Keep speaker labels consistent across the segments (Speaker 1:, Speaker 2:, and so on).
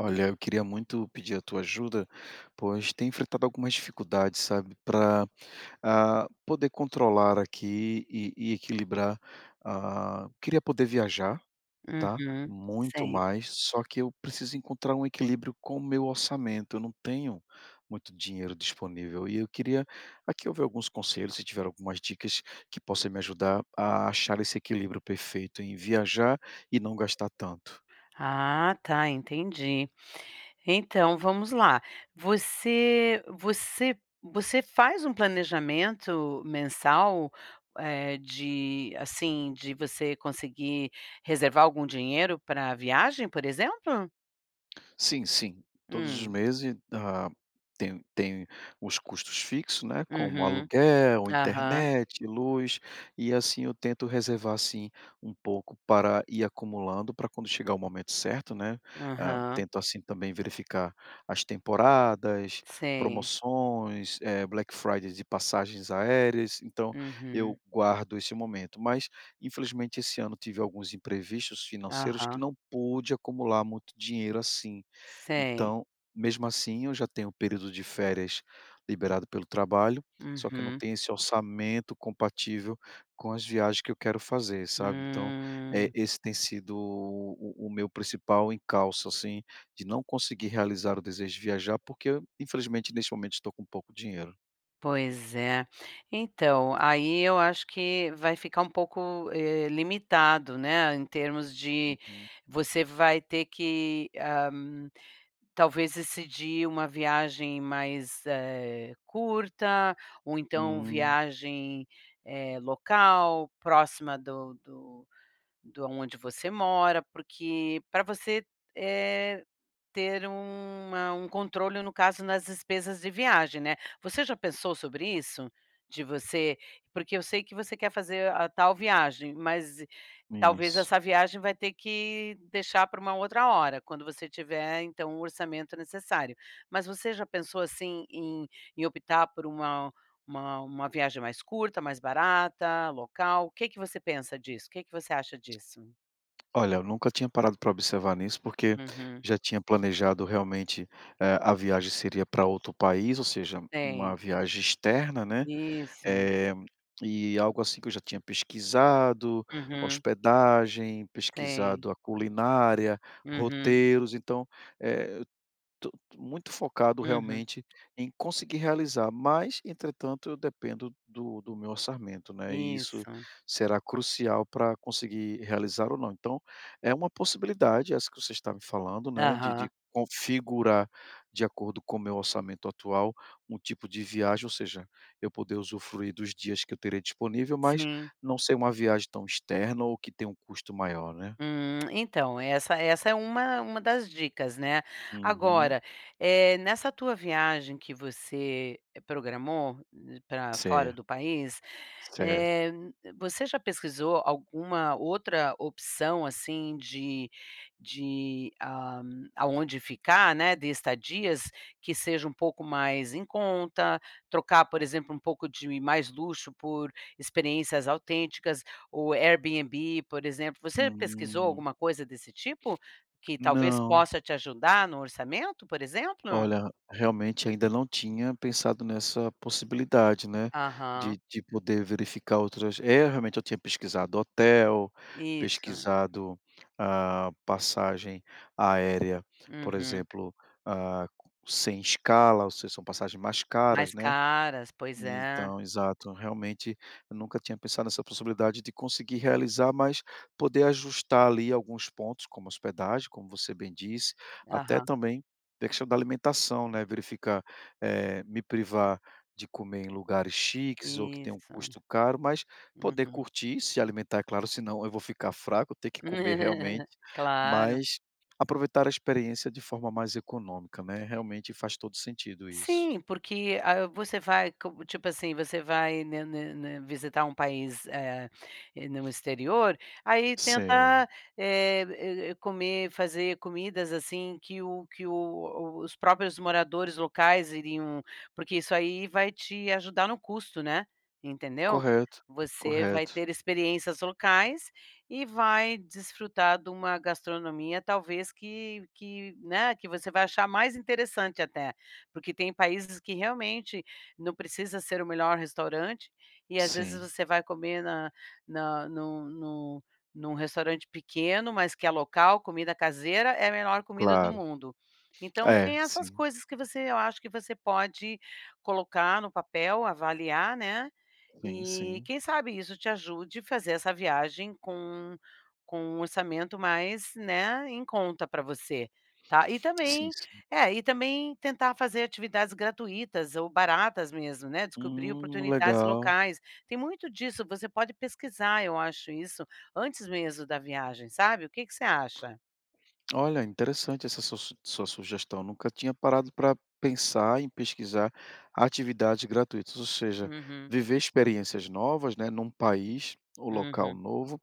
Speaker 1: Olha, eu queria muito pedir a tua ajuda, pois tenho enfrentado algumas dificuldades, sabe, para poder controlar aqui e equilibrar. Queria poder viajar, tá?
Speaker 2: Uhum,
Speaker 1: Muito
Speaker 2: sei.
Speaker 1: mais, só que eu preciso encontrar um equilíbrio com o meu orçamento. Eu não tenho muito dinheiro disponível e eu queria aqui ouvir alguns conselhos, se tiver algumas dicas que possam me ajudar a achar esse equilíbrio perfeito em viajar e não gastar tanto.
Speaker 2: Ah, tá, entendi. Então, vamos lá. Você faz um planejamento mensal, de assim, de você conseguir reservar algum dinheiro para viagem, por exemplo?
Speaker 1: Sim, sim. Todos os
Speaker 2: Hum,
Speaker 1: meses, tem os custos fixos, né, como
Speaker 2: uhum,
Speaker 1: aluguel,
Speaker 2: aham,
Speaker 1: internet, luz, e assim eu tento reservar, assim, um pouco para ir acumulando para quando chegar o momento certo, né. Ah,
Speaker 2: aham,
Speaker 1: tento, assim, também verificar as temporadas,
Speaker 2: sei,
Speaker 1: promoções, Black Friday de passagens aéreas, então eu
Speaker 2: uhum,
Speaker 1: guardo esse momento. Mas, infelizmente, esse ano tive alguns imprevistos financeiros que
Speaker 2: aham,
Speaker 1: não pude acumular muito dinheiro assim.
Speaker 2: sei,
Speaker 1: Então, mesmo assim, eu já tenho um período de férias liberado pelo trabalho, só que eu não
Speaker 2: uhum,
Speaker 1: tenho esse orçamento compatível com as viagens que eu quero fazer, sabe. Então,
Speaker 2: hum.
Speaker 1: esse tem sido o meu principal encalço, assim, de não conseguir realizar o desejo de viajar, porque eu, infelizmente, neste momento, estou com pouco dinheiro.
Speaker 2: Pois é. Então, aí eu acho que vai ficar um pouco, limitado, né, em termos de
Speaker 1: Uhum.
Speaker 2: você vai ter que, talvez decidir uma viagem mais, curta, ou então
Speaker 1: Hum,
Speaker 2: viagem, local, próxima do aonde você mora, porque para você, eh ter uma um controle, no caso, nas despesas de viagem, né. Você já pensou sobre isso? De você porque eu sei que você quer fazer a tal viagem, mas talvez
Speaker 1: isso.
Speaker 2: essa viagem vai ter que deixar para uma outra hora, quando você tiver, então, o orçamento necessário. Mas você já pensou, assim, em optar por uma viagem mais curta, mais barata, local? O que que você pensa disso? O que que você acha disso?
Speaker 1: Olha, eu nunca tinha parado para observar nisso, porque
Speaker 2: Uhum.
Speaker 1: já tinha planejado realmente, a viagem seria para outro país, ou seja, uma
Speaker 2: Sei.
Speaker 1: viagem externa, né,
Speaker 2: Isso.
Speaker 1: eh, e algo assim que eu já tinha pesquisado,
Speaker 2: Uhum.
Speaker 1: hospedagem,
Speaker 2: Sei.
Speaker 1: pesquisado a culinária,
Speaker 2: Uhum,
Speaker 1: roteiros, então, eh to muito focado
Speaker 2: uhum.
Speaker 1: realmente em conseguir realizar, mas entretanto eu dependo do meu orçamento, né, e isso
Speaker 2: Isso.
Speaker 1: será crucial para conseguir realizar ou não. Então, é uma possibilidade essa que você está me falando, né, de
Speaker 2: Aham.
Speaker 1: configurar de acordo com o meu orçamento atual, um tipo de viagem, ou seja, eu poder usufruir dos dias que eu terei disponível, mas
Speaker 2: Sim.
Speaker 1: não ser uma viagem tão externa ou que tenha um custo maior, né.
Speaker 2: Então, essa é uma das dicas, né.
Speaker 1: Uhum.
Speaker 2: Agora, nessa tua viagem que você programou pra fora
Speaker 1: Certo,
Speaker 2: do país,
Speaker 1: certo.
Speaker 2: Eh, você já pesquisou alguma outra opção, assim, de de, ah, aonde ficar, né, de estadias que seja um pouco mais em conta, trocar, por exemplo, um pouco de mais luxo por experiências autênticas, o Airbnb, por exemplo. Você pesquisou
Speaker 1: Hum.
Speaker 2: alguma coisa desse tipo, que talvez
Speaker 1: Não.
Speaker 2: possa te ajudar no orçamento, por exemplo?
Speaker 1: Olha, realmente ainda não tinha pensado nessa possibilidade, né,
Speaker 2: Aham,
Speaker 1: de poder verificar outras é, realmente eu tinha pesquisado hotel,
Speaker 2: isso,
Speaker 1: pesquisado, passagem aérea, por
Speaker 2: uhum.
Speaker 1: exemplo, ah, sem escala, ou seja, são passagens mais caras,
Speaker 2: Mais
Speaker 1: né.
Speaker 2: caras, pois é.
Speaker 1: Então, exato. Realmente, eu nunca tinha pensado nessa possibilidade de conseguir realizar, mas poder ajustar ali alguns pontos, como hospedagem, como você bem disse, até
Speaker 2: Aham.
Speaker 1: também a questão da alimentação, né, verificar, me privar de comer em lugares chiques ou que tem um
Speaker 2: Isso,
Speaker 1: custo caro, mas poder
Speaker 2: uhum.
Speaker 1: curtir, se alimentar, é claro, senão eu vou ficar fraco, ter que comer realmente,
Speaker 2: Claro,
Speaker 1: mas aproveitar a experiência de forma mais econômica, né, realmente faz todo sentido isso.
Speaker 2: sim, porque, você vai co tipo assim, você vai, né, visitar um país, no exterior, aí
Speaker 1: Sim.
Speaker 2: tenta, comer fazer comidas, assim, que os próprios moradores locais iriam porque isso aí vai te ajudar no custo, né, entendeu?
Speaker 1: Correto,
Speaker 2: Você vai
Speaker 1: correto.
Speaker 2: ter experiências locais e vai desfrutar de uma gastronomia, talvez, que, né, que você vai achar mais interessante até. Porque tem países que realmente não precisa ser o melhor restaurante, e às vezes
Speaker 1: Sim,
Speaker 2: você vai comer na na no num num restaurante pequeno, mas que é local, comida caseira, é a melhor comida do
Speaker 1: claro.
Speaker 2: mundo. Então
Speaker 1: É,
Speaker 2: tem essas
Speaker 1: sim,
Speaker 2: coisas que você eu acho que você pode colocar no papel, avaliar, né,
Speaker 1: sim,
Speaker 2: e
Speaker 1: sim.
Speaker 2: quem sabe isso te ajude a fazer essa viagem com um orçamento mais, né, em conta para você, tá. E
Speaker 1: Sim,
Speaker 2: também
Speaker 1: sim.
Speaker 2: é, e também tentar fazer atividades gratuitas ou baratas mesmo, né, descobrir oportunidades
Speaker 1: Legal.
Speaker 2: locais. Tem muito disso, você pode pesquisar, eu acho isso, antes mesmo da viagem, sabe. O que que você acha?
Speaker 1: Olha, interessante essa sua su sua sugestão, nunca tinha parado para pensar em pesquisar atividades gratuitas, ou seja,
Speaker 2: Uhum,
Speaker 1: viver experiências novas, né, num país ou local
Speaker 2: uhum.
Speaker 1: novo,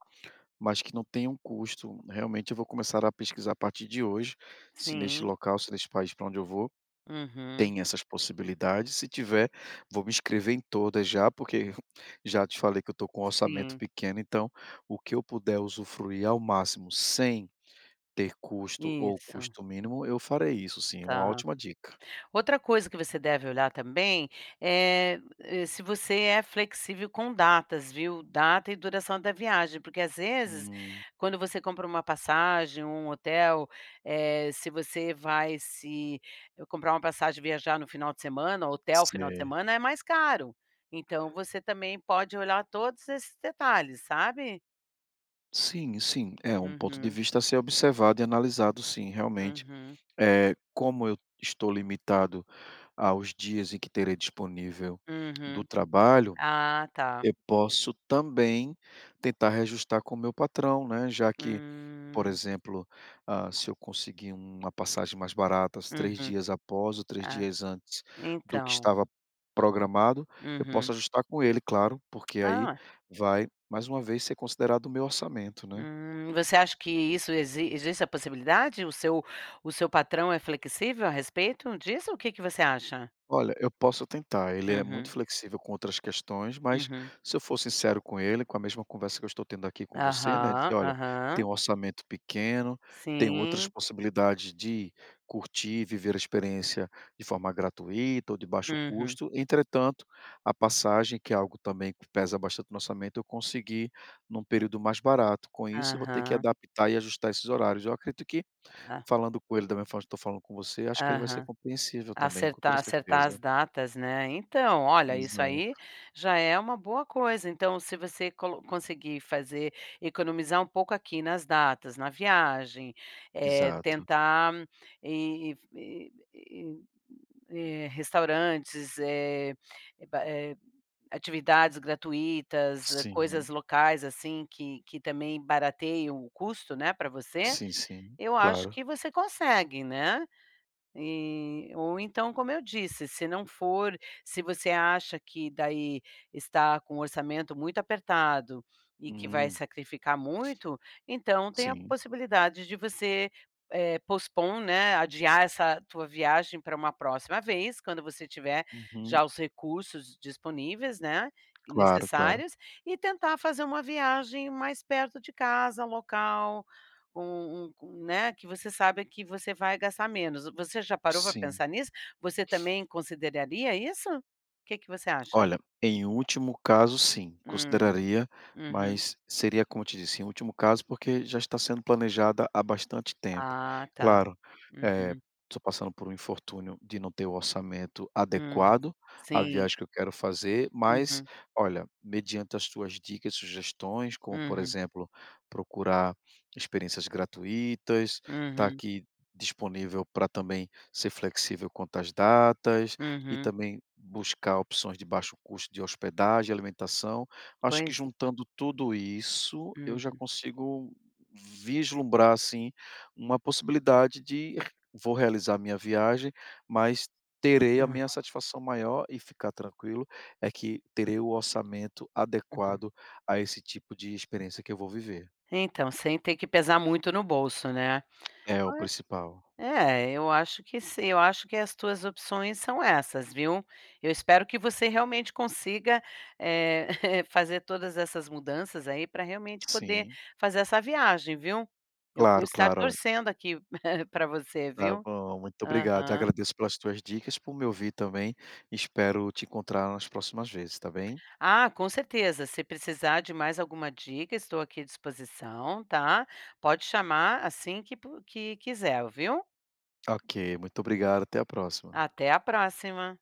Speaker 1: mas que não tenha um custo. Realmente eu vou começar a pesquisar a partir de hoje, se neste
Speaker 2: Sim,
Speaker 1: local, se neste país para onde eu vou,
Speaker 2: uhum,
Speaker 1: tem essas possibilidades, se tiver, vou me inscrever em todas já, porque já te falei que eu estou com um orçamento
Speaker 2: sim.
Speaker 1: pequeno, então o que eu puder usufruir ao máximo sem ter custo ou
Speaker 2: Isso,
Speaker 1: custo mínimo, eu farei isso sim, uma
Speaker 2: tá.
Speaker 1: ótima dica.
Speaker 2: Outra coisa que você deve olhar também é, se você é flexível com datas, viu? Data e duração da viagem, porque às vezes,
Speaker 1: Hum,
Speaker 2: quando você compra uma passagem, um hotel, eh, se você vai se eh, comprar uma passagem e viajar no final de semana, hotel final de
Speaker 1: sei.
Speaker 2: semana, é mais caro. Então você também pode olhar todos esses detalhes, sabe?
Speaker 1: Sim, sim, é um ponto de
Speaker 2: Uhum,
Speaker 1: vista a ser observado e analisado sim, realmente.
Speaker 2: uhum,
Speaker 1: É como eu estou limitado aos dias em que terei disponível do
Speaker 2: uhum.
Speaker 1: trabalho.
Speaker 2: Ah, tá.
Speaker 1: Eu posso também tentar reajustar com o meu patrão, né, já que, por
Speaker 2: Hum,
Speaker 1: exemplo, se eu conseguir uma passagem mais barata, os 3
Speaker 2: uhum.
Speaker 1: dias após ou três
Speaker 2: Ah,
Speaker 1: dias antes do que
Speaker 2: então.
Speaker 1: estava programado, eu posso
Speaker 2: Uhum.
Speaker 1: ajustar com ele, claro, porque aí
Speaker 2: Ah,
Speaker 1: vai mais uma vez ser considerado o meu orçamento, né.
Speaker 2: você acha que isso existe a possibilidade? O seu patrão é flexível a respeito disso? O que que você acha?
Speaker 1: Olha, eu posso tentar. Ele é muito
Speaker 2: Uhum,
Speaker 1: flexível com outras questões, mas
Speaker 2: uhum.
Speaker 1: se eu for sincero com ele, com a mesma conversa que eu estou tendo aqui com você, né,
Speaker 2: Aham,
Speaker 1: dizer: "Olha,
Speaker 2: aham.
Speaker 1: tem um orçamento pequeno, tem outras
Speaker 2: Sim.
Speaker 1: possibilidades de curtir, viver a experiência de forma gratuita ou de baixo
Speaker 2: Uhum.
Speaker 1: custo. Entretanto, a passagem, que é algo também que pesa bastante no orçamento, eu consegui num período mais barato. Com isso, eu vou ter que
Speaker 2: Aham.
Speaker 1: adaptar e ajustar esses horários". Eu acredito que
Speaker 2: A
Speaker 1: falando com ele da mesma forma que estou falando com você, acho que ele vai ser
Speaker 2: aham.
Speaker 1: compreensível também, com toda
Speaker 2: Acertar as
Speaker 1: certeza.
Speaker 2: datas, né. Então, olha, isso
Speaker 1: Exato,
Speaker 2: aí já é uma boa coisa. Então, se você colo conseguir fazer economizar um pouco aqui nas datas, na viagem,
Speaker 1: exato.
Speaker 2: tentar e restaurantes, eh, ba eh, atividades gratuitas, coisas
Speaker 1: Sim,
Speaker 2: locais, assim, que também barateiam o custo, né, para você,
Speaker 1: sim, sim,
Speaker 2: eu acho
Speaker 1: claro.
Speaker 2: que você consegue, né. E ou então, como eu disse, se não for se você acha que daí está com o orçamento muito apertado e que vai
Speaker 1: Hum,
Speaker 2: sacrificar muito, então tem a
Speaker 1: sim.
Speaker 2: possibilidade de você, pospor, né, adiar essa tua viagem para uma próxima vez, quando você tiver
Speaker 1: Uhum.
Speaker 2: já os recursos disponíveis, né,
Speaker 1: Claro, claro.
Speaker 2: necessários, e tentar fazer uma viagem mais perto de casa, local, com um com, né, que você sabe que você vai gastar menos. Você já parou para
Speaker 1: Sim.
Speaker 2: pensar nisso? Você também consideraria isso? o Que que você acha?
Speaker 1: Olha, em último caso, sim,
Speaker 2: Hum,
Speaker 1: consideraria,
Speaker 2: uhum.
Speaker 1: mas seria como eu te disse, em último caso, porque já está sendo planejada há bastante tempo. Uhum.
Speaker 2: Ah, tá.
Speaker 1: Claro, eh,
Speaker 2: Uhum,
Speaker 1: estou passando por um infortúnio de não ter o orçamento
Speaker 2: uhum.
Speaker 1: adequado à
Speaker 2: Sim.
Speaker 1: viagem que eu quero fazer, mas
Speaker 2: Uhum,
Speaker 1: olha, mediante as tuas dicas e sugestões, como por
Speaker 2: uhum,
Speaker 1: exemplo, procurar experiências gratuitas, tá
Speaker 2: uhum,
Speaker 1: aqui disponível para também ser flexível quanto às datas, e
Speaker 2: uhum.
Speaker 1: também buscar opções de baixo custo de hospedagem, alimentação. Acho que
Speaker 2: Pois
Speaker 1: juntando tudo isso, eu
Speaker 2: hum,
Speaker 1: já consigo vislumbrar, assim, uma possibilidade de vou realizar minha viagem, mas terei a
Speaker 2: hum,
Speaker 1: minha satisfação maior e ficar tranquilo, é que terei o orçamento
Speaker 2: ah, uhum.
Speaker 1: adequado a esse tipo de experiência que eu vou viver.
Speaker 2: Então, sem ter que pesar muito no bolso, né.
Speaker 1: É o principal.
Speaker 2: É, eu acho que sim, eu acho que as tuas opções são essas, viu. Eu espero que você realmente consiga, eh, fazer todas essas mudanças aí para realmente poder
Speaker 1: Sim.
Speaker 2: fazer essa viagem, viu. Eu vou
Speaker 1: Claro,
Speaker 2: estar
Speaker 1: claro, é.
Speaker 2: torcendo aqui para você,
Speaker 1: Tá
Speaker 2: viu.
Speaker 1: bom, muito obrigado.
Speaker 2: Aham.
Speaker 1: Agradeço pelas tuas dicas, por me ouvir também. Espero te encontrar nas próximas vezes, tá bem?
Speaker 2: Ah, com certeza, se precisar de mais alguma dica, estou aqui à disposição, tá. Pode chamar assim que quiser, viu.
Speaker 1: Ok, muito obrigado. Até a próxima.
Speaker 2: Até a próxima.